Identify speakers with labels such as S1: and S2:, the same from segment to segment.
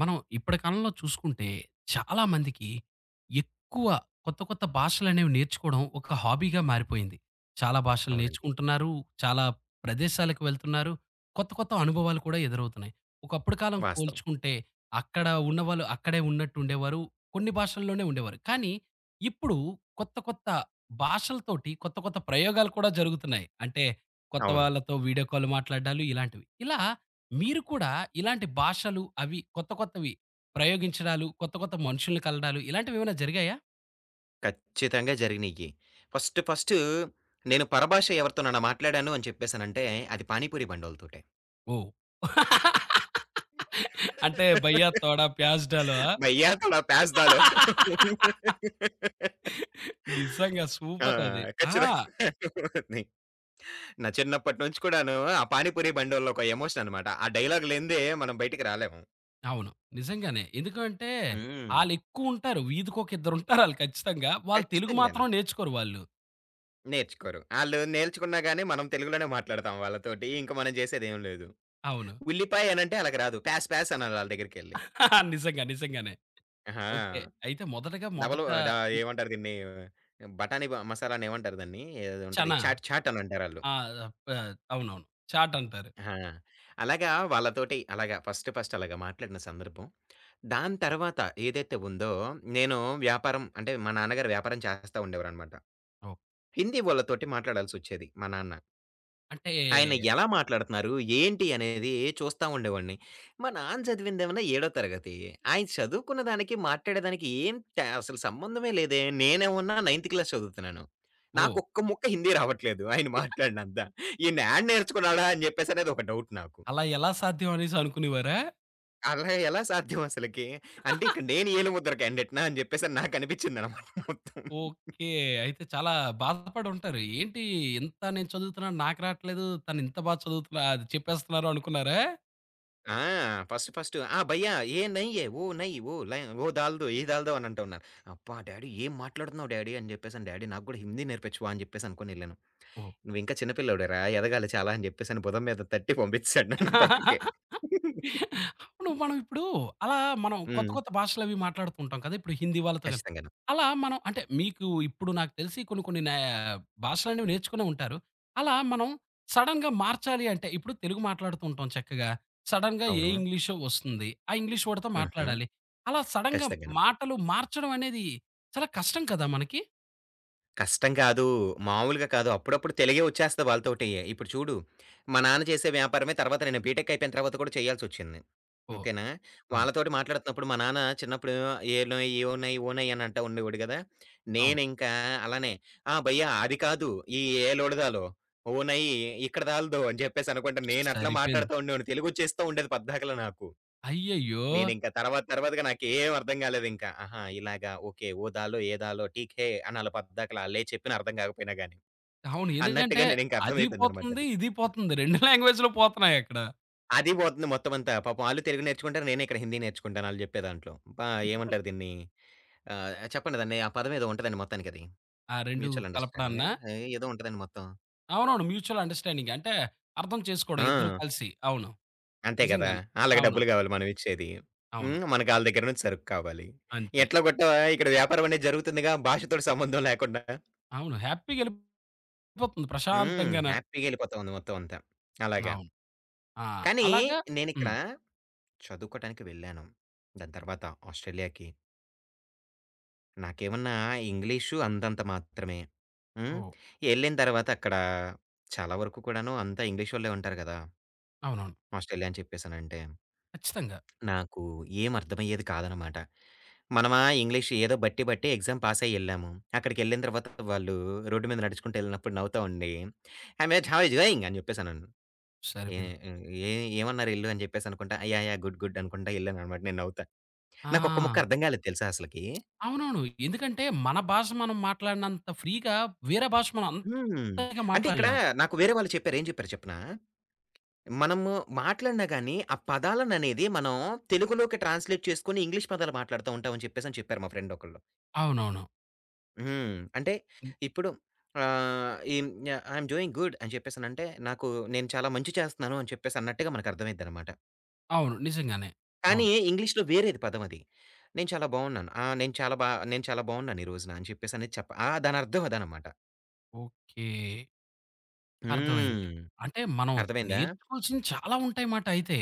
S1: మనం ఇప్పటి కాలంలో చూసుకుంటే చాలా మందికి ఎక్కువ కొత్త కొత్త భాషలనేవి నేర్చుకోవడం ఒక హాబీగా మారిపోయింది. చాలా భాషలు
S2: అవునండి.
S1: నేర్చుకుంటున్నారు. చాలా ప్రదేశాలకు వెళ్తున్నారు. కొత్త కొత్త అనుభవాలు కూడా ఎదురవుతున్నాయి. ఒకప్పుడు కాలం
S2: వాస్తవం.
S1: పోల్చుకుంటే అక్కడ ఉన్నవాళ్ళు అక్కడే ఉన్నట్టు ఉండేవారు. కొన్ని భాషల్లోనే ఉండేవారు. కానీ ఇప్పుడు కొత్త కొత్త భాషలతోటి కొత్త కొత్త ప్రయోగాలు కూడా జరుగుతున్నాయి. అంటే కొత్త
S2: అవును.
S1: వాళ్ళతో వీడియో కాల్ మాట్లాడ్డాలు ఇలాంటివి. ఇలా మీరు కూడా ఇలాంటి భాషలు అవి కొత్త కొత్తవి ప్రయోగించడాలు, కొత్త కొత్త మనుషుల్ని కలడాలు ఇలాంటివేమైనా జరిగాయా?
S2: ఖచ్చితంగా జరిగినియ్యి. ఫస్ట్ ఫస్ట్ నేను పరభాష ఎవరితోనన్నా మాట్లాడాను అని చెప్పేసనంటే అది పానీ పూరి బండోళ్ళతోటే.
S1: ఓహ్! అంటే భయ్యా తోడా ప్యాజ్ డాలా?
S2: భయ్యా తోడా ప్యాస్ డాలో.
S1: నిజంగా
S2: ఆ!
S1: సూపరది. ఆ!
S2: ఖచ్చితంగా ఉంది. నా చిన్నప్పటి నుంచి కూడాను ఆ పానీ పూరి బండోళ్ళు ఒక ఎమోషన్ అన్నమాట. ఆ డైలాగ్ లేనిదే మనం బయటికి రాలేము.
S1: అవును. నిజంగానే. ఎందుకంటే
S2: హ్మ్.
S1: ఆళ్ళెక్కువుంటారు. వీధికొక ఇద్దరుంటారు ఆళ్ళు ఖచ్చితంగా. వాళ్ళు తెలుగు
S2: ఖచ్చితంగాను.
S1: మాత్రం నేర్చుకోరు వాళ్ళు.
S2: నేర్చుకోరు. ఆళ్ళు నేర్చుకున్నా గాని మనం తెలుగులోనే మాట్లాడతాం వాళ్ళతోటి. ఇంక మనం చేసేదేం లేదు.
S1: అవును.
S2: ఉల్లిపాయ అనంటే ఆళ్ళకి రాదు. ప్యాస్ ప్యాస్ అనాలి ఆళ్ళ దగ్గరికెళ్లి.
S1: నిజంగా. నిజంగానే.
S2: ఆహా!
S1: ఓకే. అయితే మొదటగా
S2: డబలు
S1: మొదట
S2: డ
S1: హ్మ్.
S2: ఏమంటారు దీన్ని? బఠానీ బ మసాలాని ఏమంటారు దాన్ని? ఏదో ఉంటది.
S1: చనా.
S2: చాట్ చాట్ అని అంటారాళ్ళు.
S1: ఆ! ప అవునవును. చాట్ అంటారు.
S2: ఆ! అలాగా వాళ్ళతోటి అలాగా ఫస్ట్ ఫస్ట్ అలాగా మాట్లాడిన సందర్భం. దాని తర్వాత ఏదైతే ఉందో నేను వ్యాపారం అంటే మా నాన్నగారు వ్యాపారం చేస్తా ఉండేవారనమాట.
S1: ఓహ్!
S2: హిందీ వాళ్ళతోటి మాట్లాడాల్సొచ్చేది మా నాన్న.
S1: అంటే
S2: ఆయన ఎలా మాట్లాడుతున్నారు? ఏంటి అనేది చూస్తా ఉండేవాడిని. మా నాన్న చదివిందేమన్నా ఏడో తరగతి. ఆయన చదువుకున్న దానికి, మాట్లాడేదానికి ఏం త అసలు సంబంధమే లేదే! నేనేమన్నా నైన్త్ క్లాస్ చదువుతున్నాను.
S1: ఓహ్!
S2: నాకొక్క ముక్క హిందీ రావట్లేదు. ఆయన మాట్లాడినంత. ఈయన ఏడ నేర్చుకున్నాడా అని చెప్పేసనేది ఒక డౌట్ నాకు.
S1: అలా ఎలా సాధ్యం అనేసి అనుకునేవారా?
S2: అలా ఎలా సాధ్యం అసలకి? అంటే ఇక్కడ నేను ఏలు ముద్ర క్యాండిడేట్‌నా అని చెప్పేసని నాకనిపించిందనమాట మొత్తం.
S1: ఓకే. అయితే చాలా బాధపడి ఉంటారు. ఏంటి, ఇంత నేను చదువుతున్నాను నాకు రాట్లేదు. తను ఇంత బాగా చదువుతున్నా అది చెప్పేస్తున్నారు అనుకున్నారా?
S2: ఆ! ఫస్ట్ ఫస్ట్ "ఆ! భయ్యా ఏ నహీ హై. వో నహీ. వో లై వో దాల్ దో. యే దాల్ దో" అని అంటా ఉన్నాను. అబ్బా! డ్యాడీ ఏం మాట్లాడుతున్నావు డ్యాడీ అని చెప్పేసని, డ్యాడీ నాకు కూడా హిందీ నేర్పించవా అని చెప్పేసి అనుకోని ఎళ్ళాను.
S1: ఓహ్!
S2: "నువ్వు ఇంకా చిన్న పిల్లోడివిరా ఎదగాలి చాలా" అని చెప్పేసని భుజం మీద తట్టి పంపించేసాడు నన్ను పక్కకి.
S1: అవును. మనం ఇప్పుడు అలా మనం కొత్త,
S2: హ్మ్.
S1: కొత్త భాషలవి మాట్లాడుతుంటాం కదా! ఇప్పుడు హిందీ వాళ్ళతో గాని.
S2: ఖచ్చితంగాను.
S1: అలా మనం అంటే మీకు ఇప్పుడు నాకు తెలిసి కొన్ని, కొన్ని నే భాషలనేవి నేర్చుకునే ఉంటారు. అలా మనం సడెన్‌గా మార్చాలి అంటే ఇప్పుడు తెలుగు మాట్లాడుతూ ఉంటాం చక్కగా. సడెన్‌గా ఏ
S2: అవును.
S1: ఇంగ్లీషో వస్తుంది. ఆ ఇంగ్లీష్ వర్డ్‌తో
S2: హుహు.
S1: మాట్లాడాలి. అలా సడెన్‌గా
S2: ఖచ్చితంగాను.
S1: మాటలు మార్చడం అనేది చాలా కష్టం కదా మనకి.
S2: కష్టం కాదు. మామూలుగా కాదు. అప్పుడప్పుడు తెలుగే వచ్చేస్తది వాళ్ళతోటి. ఇప్పుడు చూడు, మా నాన్న చేసే వ్యాపారమే తర్వాత నేను బీటెక్ అయిపోయిన తర్వాత కూడా చేయాల్సొచ్చింది.
S1: ఓహ్!
S2: ఓకేనా?
S1: అవును.
S2: వాళ్ళతోటి మాట్లాడుతున్నప్పుడు మా నాన్న చిన్నప్పుడు ఏలునాయి, ఏవున్నాయి, ఓనాయి అని అంటా ఉండేవాడు గదా!
S1: అవును.
S2: నేనింకా అలానే "ఆ! భయ్యా అది కాదు. ఈ ఏలోడదాలో, ఓనయి ఇక్కడ దాల్దో" అని చెప్పేసి అనుకుంటా నేను అట్లా
S1: సరిపోయింది.
S2: మాట్లాడుతూ ఉండేవాడిని. తెలుగొచ్చేస్తా ఉండేది పద్దాకలా నాకు.
S1: అయ్యయ్యో!
S2: నేనింకా తర్వాత తర్వాతగా నాకేం అర్థం గాలేదింకా. ఆహా! ఇలాగా ఓకే. 'ఓ దాలో ఏ దాలో ఠీక్ హే' అని ఆళ్ళ పద్దాకల ఆళ్ళేం చెప్పినా అర్థం గాకపోయినా గాని,
S1: అవును. ఎందుకంటే
S2: అన్నట్టుగా నేనింక
S1: అది
S2: అర్థమైపోయిందనమాట
S1: పోతుంది,
S2: అది.
S1: ఇది పోతుంది. రెండు లాంగ్వేజ్‌లు పోతున్నాయక్కడ.
S2: అది పోతుంది మొత్తమంతా. పాపం ఆళ్ళు తెలుగు నేర్చుకుంటారు. నేనిక్కడ హిందీ నేర్చుకుంటాను ఆళ్ళు జెప్పే దాంట్లో. పా ఏమంటారు దీన్ని? ఆహ్, చెప్పండి దాన్ని. ఆ పదం ఏదో ఉంటదండి మొత్తానికది.
S1: ఆ! రెండు
S2: మ్యూచువల్ అండర్‌స్టాండింగా?
S1: కలపడాన్నా?
S2: ఏదో ఉంటదండి మొత్తం.
S1: అవునవును. Mutual understanding. అంటే అర్థం చేసుకోవడం ఇద్దరు
S2: ఆ!
S1: కలిసి. అవును.
S2: అంతే గదా!
S1: నిజంగానే.
S2: ఆళ్ళకి
S1: అవును.
S2: డబ్బులు గావాలి మనమిచ్చేది.
S1: అవును.
S2: హ్మ్. మనకి ఆళ్ళ దగ్గర నుంచి సరుకు కావాలి.
S1: అంతే.
S2: ఎట్లా గొట్టా ఇక్కడ వ్యాపారం అనేది జరుగుతుందిగా భాషతోటి సంబంధం లేకుండా.
S1: అవును. హ్యాపీగా ఎళ్ళిపోతుంది
S2: హ్మ్.
S1: ప్రశాంతంగాన.
S2: హ్యాపీగా ఎళ్ళిపోతా ఉంది మొత్తం అంతా. అలాగా.
S1: అవును. ఆ!
S2: కానీ
S1: అలాగా
S2: నేనిక్కడ
S1: హ్మ్.
S2: చదువుకోటానికి వెళ్ళాను. దాని తర్వాత ఆస్ట్రేలియాకి నాకేమన్నా ఇంగ్లీషు అంతంత మాత్రమే. హ్మ్.
S1: ఓహ్!
S2: ఎళ్ళిన తర్వాత అక్కడ చాలా వరకు కూడాను అంతా ఇంగ్లీషోళ్ళే ఉంటారు గదా!
S1: అవునవును.
S2: ఆస్ట్రేలియా అని చెప్పేసనంటే.
S1: ఖచ్చితంగా.
S2: నాకు ఏం అర్థమయ్యేది కాదనమాట. మనమా ఇంగ్లీష్ ఏదో బట్టి బట్టి ఎగ్జామ్ పాసయ్యి ఎళ్ళాము. అక్కడికెళ్ళిన తర్వాత వాళ్ళు రోడ్డు మీద నడుచుకుంటూ ఎళ్ళినప్పుడు నవ్వుతా ఉండి, hi mate how are you doing అని చెప్పేసనను. ఏ
S1: సరిపోయింది.
S2: హ్మ్. ఏ ఏమన్నారు "ఎళ్ళు" అని జెప్పేసనుకుంటా, "యాహ్! యాహ్! గుడ్. గుడ్" అనుకుంటా ఎళ్ళాననమాట నేను నవ్వుతా. నాకొక్క ముక్క
S1: ఆ!
S2: అర్థం గాలేదు తెలుసా అసలకి.
S1: అవునవును. ఎందుకంటే మన భాష మనం మాట్లాడినంత ఫ్రీగా వేరే భాష మనం అంత
S2: హ్మ్.
S1: ఫ్రీగా
S2: అంటే ఇక్కడ
S1: మాట్లాడలేం.
S2: నాకు వేరే వాళ్ళు చెప్పారు. ఏం చెప్పారో చెప్పనా? మనము మాట్లాడినా గాని, ఆ పదాలననేది మనం తెలుగులోకి ట్రాన్స్‌లేట్ చేసుకొని ఇంగ్లీష్ పదాలు మాట్లాడుతా ఉంటాం అని చెప్పేసని చెప్పారు మా ఫ్రెండ్ ఒకళ్ళు.
S1: అవునవును.
S2: హ్మ్. అంటే
S1: హ్మ్.
S2: ఇప్పుడు ah, um yeah! I am doing good అని చెప్పేసనంటే, నాకు నేను చాలా మంచి చేస్తున్నాను అని చెప్పేసన్నట్టుగా మనకర్థమైద్దనమాట.
S1: అవును. నిజంగానే.
S2: కానీ
S1: అవును.
S2: ఇంగ్లీష్‌లో వేరేది పదమది. నేను చాలా బావున్నాను. ఆ! నేను చాలా బా నేను చాలా బావున్నాను ఈ రోజున అని చెప్పేసనేది ఆ! దానర్థం అదనమాట.
S1: ఓకే. అర్థమైంది.
S2: హ్మ్.
S1: అంటే మనం
S2: అర్థమైందా?
S1: నేర్చుకోవాల్సినవి చాలా ఉంటాయి మాట అయితే.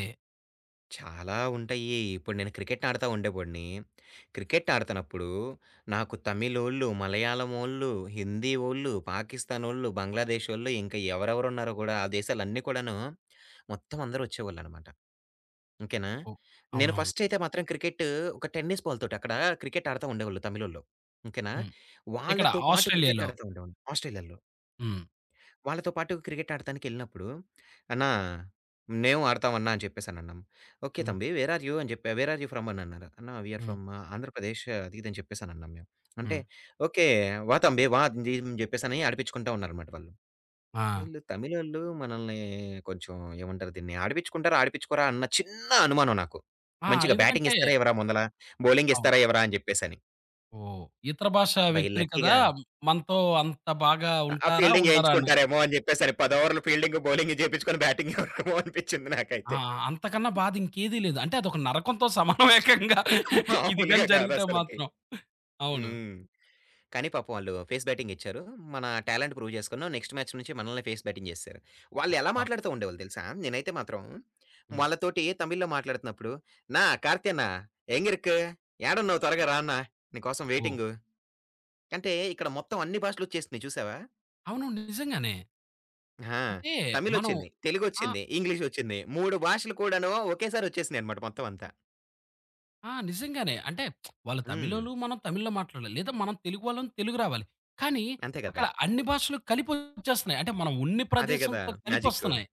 S2: చాలా ఉంటాయి. ఇప్పుడు నేను క్రికెట్ ఆడతా ఉండేవాడిని. క్రికెట్ ఆడతన్నప్పుడు నాకు తమిళోళ్ళు, మలయాళమోళ్ళు, హిందీవోళ్ళు, పాకిస్తానోళ్ళు, బంగ్లాదేశోళ్ళు ఇంకా ఎవరెవరున్నారో గూడా ఆ దేశాలన్నీ కూడాను మొత్తం అందరూ వచ్చేవాళ్ళనమాట. ఓకేనా.
S1: ఓ
S2: నేను
S1: అవునవును.
S2: ఫస్ట్ అయితే మాత్రం క్రికెట్ ఒక టెన్నిస్ బాల్‌తోటి అక్కడ క్రికెట్ ఆడతా ఉండేవాళ్ళు తమిలోళ్ళు. ఓకేనా.
S1: హ్మ్. ఇక్కడ
S2: వాళ్ళతో పాటు క్రికెట్
S1: ఆస్ట్రేలియాలో.
S2: ఆడతా ఉండేవాడిని ఆస్ట్రేలియాలో.
S1: హ్మ్.
S2: వాళ్ళతో పాటు క్రికెట్ ఆడటానికెళ్ళినప్పుడు, "అన్నా మేము ఆడతామన్నా" అని చెప్పేసనన్నాం. "ఓకే
S1: హ్మ్.
S2: తంబి వేర్ ఆర్ యూ" అని చెప్పి "వేర్ ఆర్ యూ ఫ్రమ్" అని అన్నారు. "అన్నా we are
S1: hmm.
S2: From Andhra Pradesh" అది ఇది అని చెప్పేసనన్నాం మేము. అంటే
S1: హ్మ్.
S2: "ఓకే. వా తంబి వా" అని చెప్పేసని ఆడిపించుకుంటా ఉన్నారన్నమాట వాళ్ళు.
S1: ఆ!
S2: ఈళ్ళు తమిలోళ్ళు మనల్ని కొంచెం ఏమంటారు దీన్ని? ఆడిపిచ్చుకుంటారా? ఆడిపిచ్చుకోరా? అన్న చిన్న అనుమానం నాకు.
S1: ఆ!
S2: మంచిగా బ్యాటింగ్
S1: ఎందుకంటే
S2: ఇస్తారా ఎవరా ముందల? బౌలింగ్
S1: అవును.
S2: ఇస్తారా ఎవరా? అని జెప్పేసని.
S1: ఓహ్! ఇతర భాష
S2: బై
S1: వ్యక్తులు కదా!
S2: లక్కీగా
S1: మనతో అంత బాగా
S2: ఆ
S1: ఉంటారా?
S2: ఫీల్డింగ్
S1: ఉండరా? అని.
S2: ఏయించుకుంటారేమో అని జెప్పేసని 10 ఓవర్లు ఫీల్డింగ్, బౌలింగ్ జేపిచ్చుకొని బ్యాటింగ్ ఎవరేమో అనిపిచ్చింది
S1: ఆ!
S2: నాకైతే.
S1: అంతకన్నా బాధ ఇంకేది లేదు. అంటే అదొక నరకంతో సమానం ఏకంగా. ఇది గాని
S2: మామూలుగా
S1: జరిగితే
S2: కాదసలకి.
S1: మాత్రం. అవును.
S2: హ్మ్. కానీ పాపం వాళ్ళు ఫేస్ బ్యాటింగ్ ఇచ్చారు. మన టాలెంట్ ప్రూవ్ చేసుకున్నాం. నెక్స్ట్ మ్యాచ్ నుంచి మనల్నే ఫేస్ బ్యాటింగ్ జేసేశారు. వాళ్ళు ఎలా
S1: వాహ్!
S2: మాట్లాడుతూ ఉండేవాళ్ళు తెలుసా? నేనైతే మాత్రం
S1: హ్మ్.
S2: వాళ్ళతోటి తమిళ్‌లో మాట్లాడుతున్నప్పుడు, "అన్నా కార్తీ అన్నా ఎంగ ఇருக்கு? ఏడున్నావు త్వరగా రా అన్నా. నీకోసం
S1: ఓహ్!
S2: వెయిటింగు." అంటే ఇక్కడ మొత్తం అన్ని భాషలొచ్చేసినియి చూసావా?
S1: అవును. నిజంగానే.
S2: ఆ!
S1: అంటే మనం
S2: తమిళొచ్చింది,
S1: ఆ!
S2: తెలుగొచ్చింది, ఇంగ్లీషొచ్చింది. 3 భాషలు కూడాను ఒకేసారి వచ్చేసినియన్నమాట మొత్తం అంతా.
S1: ఆ! నిజంగానే. అంటే వాళ్ళు
S2: హ్మ్.
S1: తమిళోళ్ళు, మనం తమిళ్‌లో మాట్లాడాలి. లేదా మనం తెలుగు వాళ్ళం తెలుగు రావాలి. కానీ
S2: అంతే
S1: అక్కడ
S2: కదా!
S1: అన్ని భాషలు కలిపొచ్చేస్తున్నాయి. అంటే మనం ఉన్ని
S2: అదే కదా!
S1: ప్రదేశంతో
S2: మ్యాజిక్కు.
S1: కలిపొస్తున్నాయి.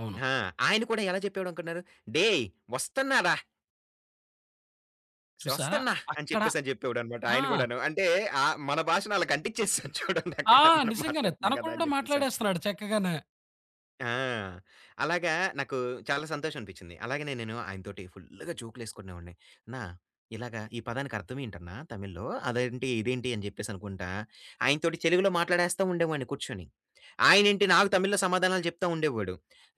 S1: అవును.
S2: ఆ! ఆయన కూడా ఎలా చెప్పాడనుకున్నారు? "డేయ్ వస్తన్నాడా"
S1: చూసారా?
S2: "ఒస్తన్నా" అని
S1: అక్కడ
S2: చెప్పేసని జెప్పేవాడనమాట
S1: ఆ!
S2: ఆయన గూడాను. అంటే ఆహ్, మన భాషను ఆళ్ళకి అంటిచ్చేసాం
S1: ఆ!
S2: చూడండక్కడ మనం
S1: నిజంగానే.
S2: మాట్లాడుతున్నాం
S1: తను
S2: గదా! అని
S1: కూడా
S2: జెప్పేసని.
S1: మాట్లాడేస్తున్నాడు చక్కగానే.
S2: ఆ! అలాగా నాకు చాలా సంతోషం అనిపించింది. అలాగనే నేను ఆయనతోటి ఫుల్‌గా జోకులేసుకునేవాడిని. అన్నా ఇలాగా ఈ పదానికి అర్థమేంటన్నా తమిళ్‌లో? అదేంటి, ఇదేంటి అని చెప్పేసి అనుకుంటా ఆయనతోటి తెలుగులో మాట్లాడేస్తా ఉండేవాడిని కూర్చొని. ఆయనేంటి నాకు తమిళ్‌లో సమాధానాలు చెప్తా ఉండేవాడు.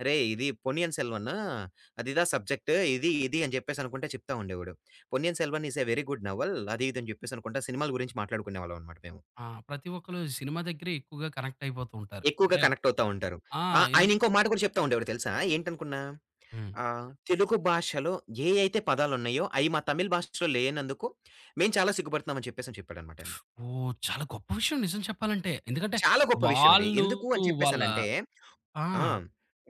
S2: "రేయ్! ఇది పొన్నియిన్ సెల్వన్. అదిదా సబ్జెక్ట్. ఇది, ఇది" అని చెప్పేసి అనుకుంట చెప్తా ఉండేవాడు. "Ponniyin Selvan is a very good novel" అది ఇది అని చెప్పేసి అనుకుంటా సినిమాల గురించి మాట్లాడుకునేవాళ్ళం అనమాట మేము.
S1: ఆ! ప్రతి ఒక్కళ్ళు సినిమా దగ్గరే ఎక్కువగా కనెక్ట్ అయిపోతూ ఉంటారు.
S2: ఎక్కువగా
S1: అంటే
S2: కనెక్ట్ అవుతా ఉంటారు.
S1: ఆ!
S2: ఆ!
S1: ఎందు
S2: ఆయన ఇంకో మాట కూడా చెప్తా ఉండేవాడు తెలుసా? ఏంటనుకున్నా?
S1: హ్మ్.
S2: ఆ! తెలుగు భాషలో ఏ అయితే పదాలున్నాయో, అయి మా తమిళ్ భాషలో లేనందుకు మేము చాలా సిగ్గుపడుతున్నామని చెప్పేసని చెప్పాడనమాట ఆయన.
S1: ఓహ్! చాలా గొప్ప విషయం నిజం చెప్పాలంటే. ఎందుకంటే
S2: చాలా గొప్ప విషయం ఇది.
S1: వాళ్ళు
S2: ఎందుకు అని
S1: వాళ్ళ
S2: చెప్పేసనంటే
S1: ఆ!
S2: ఆ!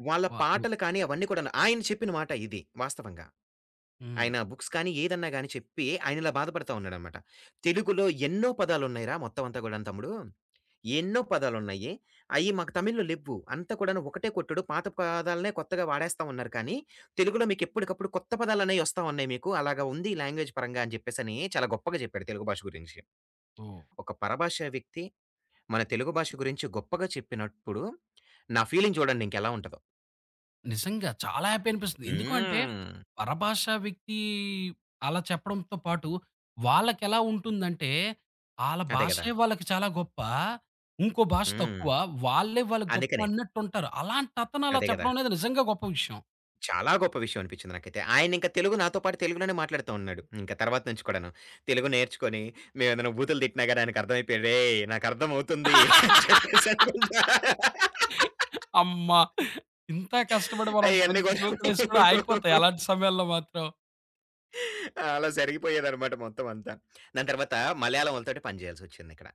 S2: వాళ్ళ
S1: వాళ్ళు
S2: పాటలు కానీ అవన్నీ కూడాను ఆయన చెప్పిన మాట ఇది వాస్తవంగా.
S1: హ్మ్.
S2: ఆయన బుక్స్ కానీ, ఏదన్నా గాని చెప్పి ఆయనిలా బాధపడతా ఉన్నాడనమాట. తెలుగులో ఎన్నో పదాలున్నాయిరా మొత్తం అంతా గూడాను తమ్ముడు. ఎన్నో పదాలున్నాయి. అయి మాకు తమిళ్‌లో లెవ్వు. అంతా కూడాను ఒకటే కొట్టుడు. పాత పదాలనే కొత్తగా వాడేస్తా ఉన్నారు కానీ, తెలుగులో మీకెప్పటికప్పుడు కొత్త పదాలనేయి ఒస్తా ఉన్నాయి మీకు. అలాగా ఉంది లాంగ్వేజ్ పరంగా అని చెప్పేసని చాలా గొప్పగా చెప్పాడు తెలుగు భాష గురించి.
S1: ఓహ్!
S2: ఒక పరభాష వ్యక్తి మన తెలుగు భాష గురించి గొప్పగా చెప్పినప్పుడు, నా ఫీలింగ్ చూడండింకెలా ఉంటదో.
S1: నిజంగా. చాలా హ్యాపీ అనిపిస్తుంది. ఎందుకు అంటే,
S2: హ్మ్.
S1: పరభాష వ్యక్తి అలా చెప్పడంతో పాటు, వాళ్ళకెలా ఉంటుందంటే, ఆళ్ళ
S2: అదే గదా!
S1: భాషే వాళ్ళకి చాలా గొప్ప, ఇంకో భాష
S2: హ్మ్.
S1: తక్కువ, వాళ్ళే వాళ్ళకి గొప్ప
S2: అందుకనే.
S1: అన్నట్టుంటారు. అలాంటతను అలా
S2: అదే గదా!
S1: చెప్పడం అనేది నిజంగా గొప్ప విషయం.
S2: చాలా గొప్ప విషయం అనిపించింది నాకైతే. ఆయనింక తెలుగు నాతో పాటు తెలుగులోనే మాట్లాడుతా ఉన్నాడు. ఇంక తర్వాత నుంచి కూడాను. తెలుగు నేర్చుకొని మేమేదైనా బూతులు తిట్టినా గాని ఆయనకర్థమైపోయి "రేయ్! నాకర్థమవుతుంది" అని చెప్పేసి అనుకుంటా
S1: అమ్మ! ఇంత కష్టపడి మనం
S2: అయన్నీ
S1: మంచి
S2: కూడా
S1: జోకులేసి కూడా ఆగిపోతాయి అలాంటి సమయాల్లో మాత్రం.
S2: అలా జరిగిపోయేదనమాట మొత్తం అంతా. దాని తర్వాత మలయాళం వాళ్ళతోటి పని చేయాల్సొచ్చిందిక్కడ.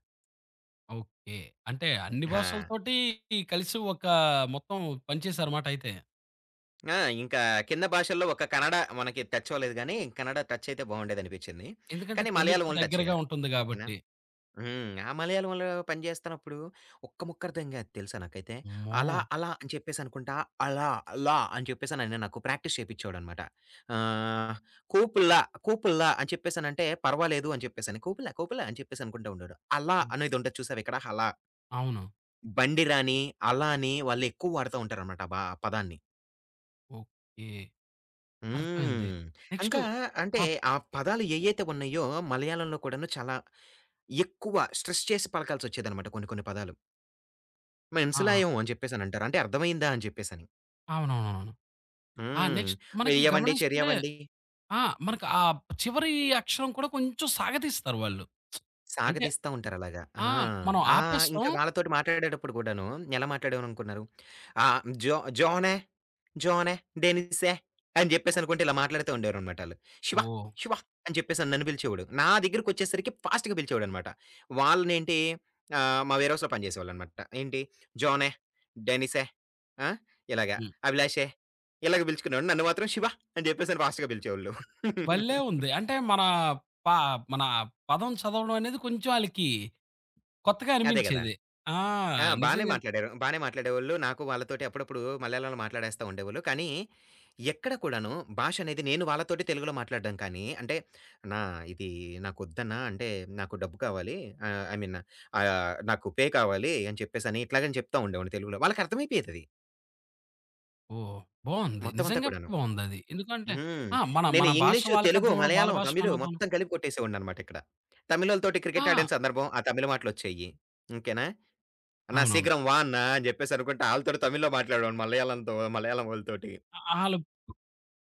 S1: ఓకే. అంటే అన్ని
S2: ఆ!
S1: భాషలతోటి కలిసి ఒక మొత్తం పనిచేశారు మాట అయితే.
S2: ఆ! ఇంకా కింద భాషల్లో ఒక కన్నడ మనకి టచ్ అవ్వలేదు గానీ, కన్నడ టచ్ అయితే బావుండేదనిపించింది.
S1: ఎందుకంటే
S2: కానీ మలయాళం
S1: తెలుగుకి
S2: వాళ్ళు టచ్
S1: దగ్గరగా
S2: అయ్యారు.
S1: ఉంటుంది
S2: ఓకేనా?
S1: గాబట్టి.
S2: హ్మ్. ఆ మలయాళంలో పని చేస్తున్నప్పుడు ఒక్క ముక్క అర్థం కాదు తెలుసా నాకైతే.
S1: అమ్మో!
S2: అలా, అలా అని చెప్పేసి అనుకుంటా, అలా అని చెప్పేసనైన నాకు ప్రాక్టీస్ చేపిచ్చేవాడనమాట. ఆహ్, కోపుల్లా, కోపుల్లా అని చెప్పేసనంటే పర్వాలేదు అని చెప్పేసని. కోపుల్లా, కోపుల్లా అని చెప్పేసి అనుకుంటా ఉండేవాడు. అలా
S1: హ్మ్.
S2: అనేది ఉంటది చూసావా ఇక్కడ హలా.
S1: అవును.
S2: బండిరా అని, అలా అని వాళ్ళు ఎక్కువ వాడుతా ఉంటారనమాట ఆ పదాన్ని.
S1: ఓకే. అర్థమైంది.
S2: హ్మ్.
S1: నెక్స్టు
S2: ఇంకా అంటే
S1: ఆప్
S2: ఆ పదాలు ఏయైతే ఉన్నాయో మలయాళంలో కూడాను చాలా ఎక్కువ స్ట్రెస్ చేసి పలకాల్సొచ్చేదనమాట కొన్ని కొన్ని పదాలు.
S1: ఆ!
S2: "మెన్స్
S1: ఆ!
S2: లాయం" అని చెప్పేసనంటారు. అంటే అర్థమైందా అని చెప్పేసని.
S1: అవునవునవును. ఆ!
S2: హ్మ్.
S1: నెక్స్ట్ మనకి
S2: "వెయ్యవండి,
S1: గమనిస్తే
S2: చెరియవండి"
S1: ఆ! మనకి ఆ చివరి అక్షరం కూడా కొంచెం సాగదీస్తారు వాళ్ళు. అంటే
S2: సాగదీస్తా ఉంటారలాగా. ఆ!
S1: ఆ! మనం
S2: ఆ!
S1: ఆపేస్తాం.
S2: ఇంకా వాళ్ళతోటి మాట్లాడేటప్పుడు కూడాను ఎలా మాట్లాడామనుకున్నారు? ఆహ్, జోనే, జోనే, డెనిసే అని జెప్పేసనుకుంట ఇలా మాట్లాడుతూ ఉండేవారనమాట ఆళ్ళు. శివ,
S1: ఓహ్!
S2: శివ అని చెప్పేసని నన్ను పిలిచేవాడు. నా దగ్గరికొచ్చేసరికి ఫాస్ట్‌గా పిలిచేవాడనమాట. వాళ్ళనేంటి ఆహ్, మా వేర్ హౌస్‌లో పనిజేసేవాళ్ళనమాట. ఏంటి జోనే, డెనిసే ఆ! ఇలాగ
S1: హ్మ్.
S2: అభిలాషే ఇలాగ పిలుచుకునేవాడు. నన్ను మాత్రం శివ అని జెప్పేసని ఫాస్ట్‌గా పిలిచేవోళ్ళు.
S1: భలే ఉంది. అంటే మన ప మన పదం చదవడం అనేది కొంచెం ఆళ్ళకి కొత్తగా
S2: అదే గదా!
S1: అనిపించేది. ఆ!
S2: ఆ! బానే
S1: నిజంగానే.
S2: మాట్లాడారు. బానే మాట్లాడేవాళ్ళు. నాకు వాళ్ళతోటి అప్పుడప్పుడు మలయాళంలో మాట్లాడేస్తా ఉండేవాళ్ళు. కానీ, ఎక్కడ కూడాను భాష అనేది నేను వాళ్ళతోటి తెలుగులో మాట్లాడడం కానీ, అంటే "అన్నా ఇది నాకొద్దన్నా, అంటే నాకు డబ్బు కావాలి. ఆహ్, ఐ మీన్ ఆహ్, నాకు పే కావాలి" అని చెప్పేసని ఇట్లాగని చెప్తా ఉండేవాడిని తెలుగులో. వాళ్ళకర్థమైపోయేదది
S1: ఓహ్! బావుంది.
S2: మొత్తం అంతా
S1: నిజంగా
S2: కూడాను.
S1: బావుందది. ఎందుకంటే
S2: హ్మ్.
S1: ఆ! మన
S2: నేను
S1: మన భాష
S2: ఇంగ్లీషు,
S1: వాళ్ళకి
S2: తెలుగు,
S1: అర్థమవ్వడం, వాళ్ళ
S2: మలయాళం,
S1: భాష
S2: తమిళు
S1: మనర్థం
S2: మొత్తం కలిపి కొట్టేసేవాడిననమాట ఇక్కడ. తమిళోళ్ళతోటి క్రికెట్
S1: ఆ!
S2: ఆడిన సందర్భం, ఆ తమిళ మాటలొచ్చేయి. ఓకేనా? అన్నా
S1: అవునవును.
S2: శీఘ్రం వా అన్నా! అని జెప్పేసి అనుకుంట ఆళ్ళతోటి తమిళ్‌లో మాట్లాడేవాడిని మలయాళంతో మలయాళం వోళ్ళతోటి.
S1: ఆళ్ళు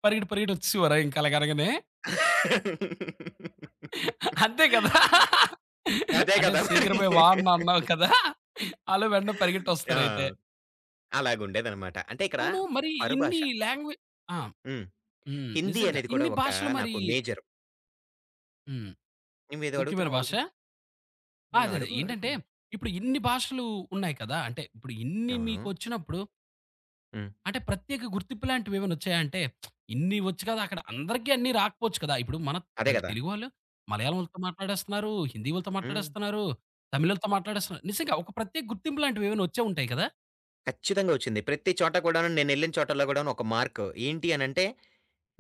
S1: పరిగెట్టి పరిగెట్టి వచ్చేసేవారా ఇంక అలాగనగానే? అంతే కదా!
S2: అదే
S1: అంటే
S2: గదా! మరి.
S1: శీఘ్రమే వా అన్న అన్నావు కదా! ఆళ్ళు వెంటనే పరిగెట్టొస్తారైతే.
S2: ఆ! అలాగుండేదనమాట. అంటే ఇక్కడ
S1: అవును. మరి ఇన్ని
S2: పరభాష.
S1: లాంగ్వే ఆ!
S2: హ్మ్.
S1: హ్మ్.
S2: హిందీ
S1: నిజంగా.
S2: అనేది కూడా
S1: ఇన్ని
S2: ఒక
S1: భాషలు మరి
S2: నాకు మేజర్.
S1: హ్మ్.
S2: నువ్వేదో
S1: ముఖ్యమైన
S2: అడుగుతున్నావు
S1: భాష?
S2: అడుగు.
S1: ఆ!
S2: హ్మ్.
S1: అదే అదే.
S2: అడుగు. అడుగు.
S1: ఏంటంటే ఇప్పుడు ఇన్ని భాషలు ఉన్నాయి కదా! అంటే ఇప్పుడు ఇన్ని
S2: అవును.
S1: మీకొచ్చినప్పుడు
S2: హ్మ్.
S1: అంటే ప్రత్యేక గుర్తింపు లాంటివి ఏమైనా వచ్చాయా? అంటే ఇన్ని వచ్చు కదా! అక్కడ అందరికీ అన్నీ రాకపోవచ్చు కదా! ఇప్పుడు మన
S2: అదే గదా!
S1: తెలుగు వాళ్ళు మలయాళం వాళ్ళతో మాట్లాడేస్తున్నారు, హిందీ వాళ్ళతో
S2: హ్మ్.
S1: మాట్లాడేస్తున్నారు, తమిళోళ్ళతో మాట్లాడేస్తున్నారు. నిజంగా ఒక ప్రత్యేక గుర్తింపు లాంటివి ఏమైనా వచ్చే ఉంటాయి కదా!
S2: ఖచ్చితంగా ఒచ్చింది. ప్రతి చోట కూడాను నేనెళ్ళిన చోటల్లో గూడాను ఒక మార్క్. ఏంటి అనంటే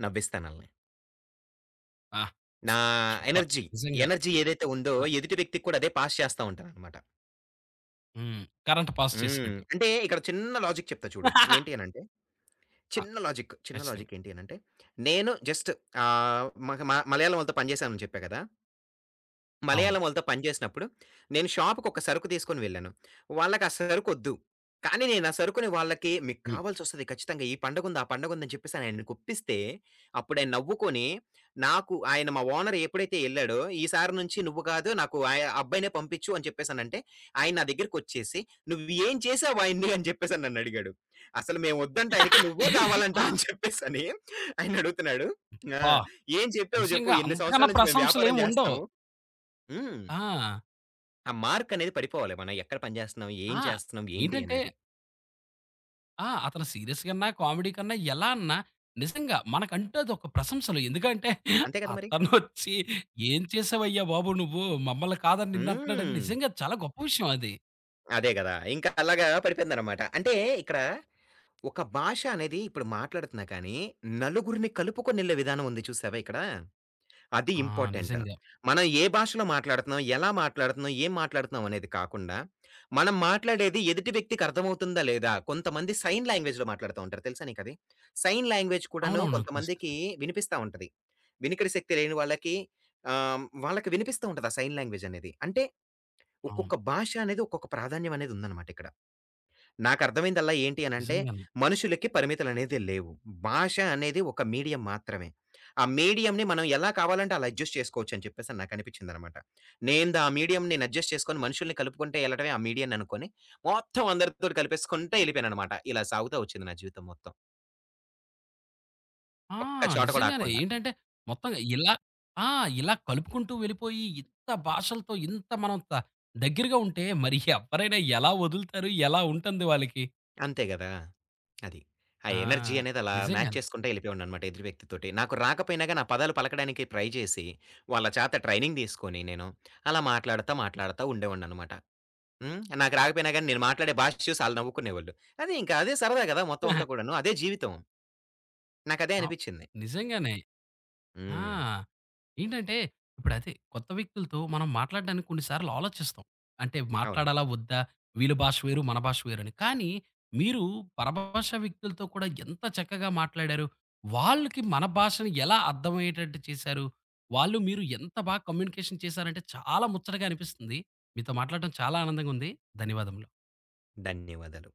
S2: నవ్విస్తానాళ్ళని.
S1: ఆ!
S2: నా
S1: సూపర్.
S2: ఎనర్జీ,
S1: నిజంగా.
S2: ఎనర్జీ ఏదైతే ఉందో
S1: ఆ!
S2: ఎదుటి వ్యక్తికి కూడా అదే పాస్ చేస్తా ఉంటాననమాట.
S1: హ్మ్. కరెంట్ పాస్
S2: హ్మ్.
S1: చేసినట్టు.
S2: అంటే ఇక్కడ చిన్న లాజిక్ చెప్తా చూడు. ఏంటి అనంటే,
S1: ఆ!
S2: చిన్న లాజిక్, చిన్న
S1: ఖచ్చితంగా.
S2: లాజిక్ ఏంటి అనంటే, నేను జస్ట్ ఆహ్, మగ మ మలయాళం వాళ్ళతో పని చేశానని చెప్పా కదా!
S1: అవును.
S2: మలయాళం వాళ్ళతో పని చేసినప్పుడు, నేను షాప్‌కొక సరుకు తీసుకొని వెళ్ళాను. వాళ్ళకి ఆ సరుకొద్దు. కానీ నేను ఆ సరుకుని వాళ్ళకి మీకు
S1: హ్మ్.
S2: కావాల్సొస్తది ఖచ్చితంగా ఈ పండగుంది, ఆ పండగుందని చెప్పేసి ఆయనకి ఒప్పిస్తే, అప్పుడాయన నవ్వుకొని నాకు ఆయన మా ఓనర్ ఎప్పుడైతే ఎళ్ళాడో, ఈసారి నుంచి నువ్వు కాదు నాకు ఆ అబ్బాయినే పంపించు అని చెప్పేసనంటే, ఆయన నా దగ్గరికొచ్చేసి "నువ్వు ఏం చేసావు ఆయన్ని" అని చెప్పేసని నన్నడిగాడు. అసలు మేము వద్దంట ఆయనకి నువ్వే కావాలంట
S1: ఆ!
S2: అని చెప్పేసని ఆయనడుగుతున్నాడు. ఆ!
S1: అబ్బా!
S2: "ఏం చెప్పావు చెప్పు?
S1: నిజంగా
S2: ఇన్ని
S1: అంతకన్నా
S2: సంవత్సరాల నుంచి మేము వ్యాపారం
S1: ప్రశంసలేమి ఉండవు.
S2: చేస్తున్నాము" హ్మ్.
S1: ఆ!
S2: ఆ మార్కనేది పడిపోవాలి. మనం ఎక్కడ పని జేస్తున్నాం? ఏం
S1: ఆ!
S2: చేస్తున్నాం? ఏంటి?
S1: ఏంటంటే
S2: అనేది.
S1: ఆ! అతను సీరియస్ కన్నా, కామెడీ కన్నా ఎలా అన్నా నిజంగా మనకంటూ అదొక ప్రశంసలు. ఎందుకంటే
S2: అంతే కదా మరి!
S1: అతనొచ్చి "ఏం చేసావయ్యా బాబు నువ్వు? మమ్మల్ని కాదని నిన్నంటున్నాడని"
S2: హ్మ్.
S1: నిజంగా చాలా గొప్ప విషయం అది.
S2: అదే గదా! ఇంకా అలాగా పడిపోయిందనమాట. అంటే ఇక్కడ ఒక భాష అనేది ఇప్పుడు మాట్లాడుతున్నా కానీ, నలుగురిని కలుపుకొనెళ్ళే విధానం ఉంది చూసావా ఇక్కడ? అది
S1: ఆ!
S2: ఇంపార్టెంట్.
S1: నిజంగా.
S2: మనం ఏ భాషలో మాట్లాడుతున్నాం, ఎలా మాట్లాడుతున్నాం, ఏం మాట్లాడుతున్నాం అనేది కాకుండా, మనం మాట్లాడేది ఎదుటి వ్యక్తికి అర్థమవుతుందా లేదా? కొంతమంది సైన్ లాంగ్వేజ్‌లో మాట్లాడుతా ఉంటారు. తెలుసా నీకది? సైన్ లాంగ్వేజ్ కూడాను
S1: అవునవును. తెలుసు.
S2: కొంతమందికి
S1: తెలుసు.
S2: వినిపిస్తా ఉంటది. వినికిడి శక్తి లేని వాళ్ళకి ఆహ్, వాళ్ళకి వినిపిస్తూ ఉంటది ఆ సైన్ లాంగ్వేజ్ అనేది. అంటే
S1: అవును.
S2: ఒక్కొక్క భాష అనేది ఒక్కొక్క ప్రాధాన్యం అనేది ఉందన్నమాట ఇక్కడ. నాకర్థమైందల్లా ఏంటి అనంటే,
S1: నిజంగానే.
S2: మనుషులకి పరిమితులనేది లేవు. భాష అనేది ఒక మీడియం మాత్రమే. ఆ మీడియంని మనం ఎలా కావాలంటే అలా అడ్జస్ట్ చేసుకోవచ్చని చెప్పేసని నాకనిపించిందనమాట. నేందా ఆ మీడియంని నేను అడ్జస్ట్ చేసుకొని మనుషుల్ని కలుపుకుంటే ఎళ్ళటమే ఆ మీడియాన్ని అనుకోని, మొత్తం అందరితోటి కలిపేసుకుంటే ఎళ్ళిపోయాననమాట. ఇలా సాగుతా వచ్చింది నా జీవితం మొత్తం.
S1: ఆ!
S2: ఒక్క చోట కూడా
S1: నిజంగానే.
S2: ఆగకుండా.
S1: ఏంటంటే మొత్తం ఇలా ఆ! ఇలా కలుపుకుంటూ వెళ్ళిపోయి ఇంత భాషలతో ఇంత మనం త దగ్గరగా ఉంటే మరి ఎవ్వరైనా ఎలా వదులుతారు? ఎలా ఉంటుంది వాళ్ళకి?
S2: అంతే గదా! అది. ఆ
S1: ఆ!
S2: ఎనర్జీ అనేది అలా మ్యాచ్
S1: నిజంగానే.
S2: చేసుకుంటా ఎళ్ళిపోయేవాడిననమాట ఎదురు వ్యక్తితోటి. నాకు రాకపోయినా గాని ఆ పదాలు పలకడానికి ట్రై చేసి, వాళ్ళ చేత ట్రైనింగ్ తీసుకొని నేను, అలా మాట్లాడతా, మాట్లాడతా ఉండేవాడిననమాట. హ్మ్. నాకు రాకపోయినా గాని నేను మాట్లాడే భాష చూసి ఆళ్ళు నవ్వుకునేవాళ్ళు. అది ఇంకా అదే సరదా గదా! మొత్తం అంతా కూడాను. అదే జీవితం. నాకదే
S1: అవు
S2: అనిపిచ్చింది.
S1: నిజంగానే. ఆ!
S2: హ్మ్.
S1: ఏంటంటే, ఇప్పుడదే కొత్త వ్యక్తులతో మనం మాట్లాడడానికి కొన్ని సార్లు ఆలోచిస్తాం. అంటే
S2: అవును.
S1: మాట్లాడాలా? వద్దా? వీళ్ళ భాష వేరు, మన భాష వేరని. కానీ మీరు పరభాషా వ్యక్తులతో కూడా ఎంత చక్కగా మాట్లాడారు. వాళ్ళకి మన భాషని ఎలా అర్థమయ్యేటట్టు చేశారు. వాళ్ళు మీరు ఎంత బాగా కమ్యూనికేషన్ చేశారంటే చాలా ముచ్చటగా అనిపిస్తుంది. మీతో మాట్లాడడం చాలా ఆనందంగా ఉంది. ధన్యవాదములు.
S2: ధన్యవాదాలు.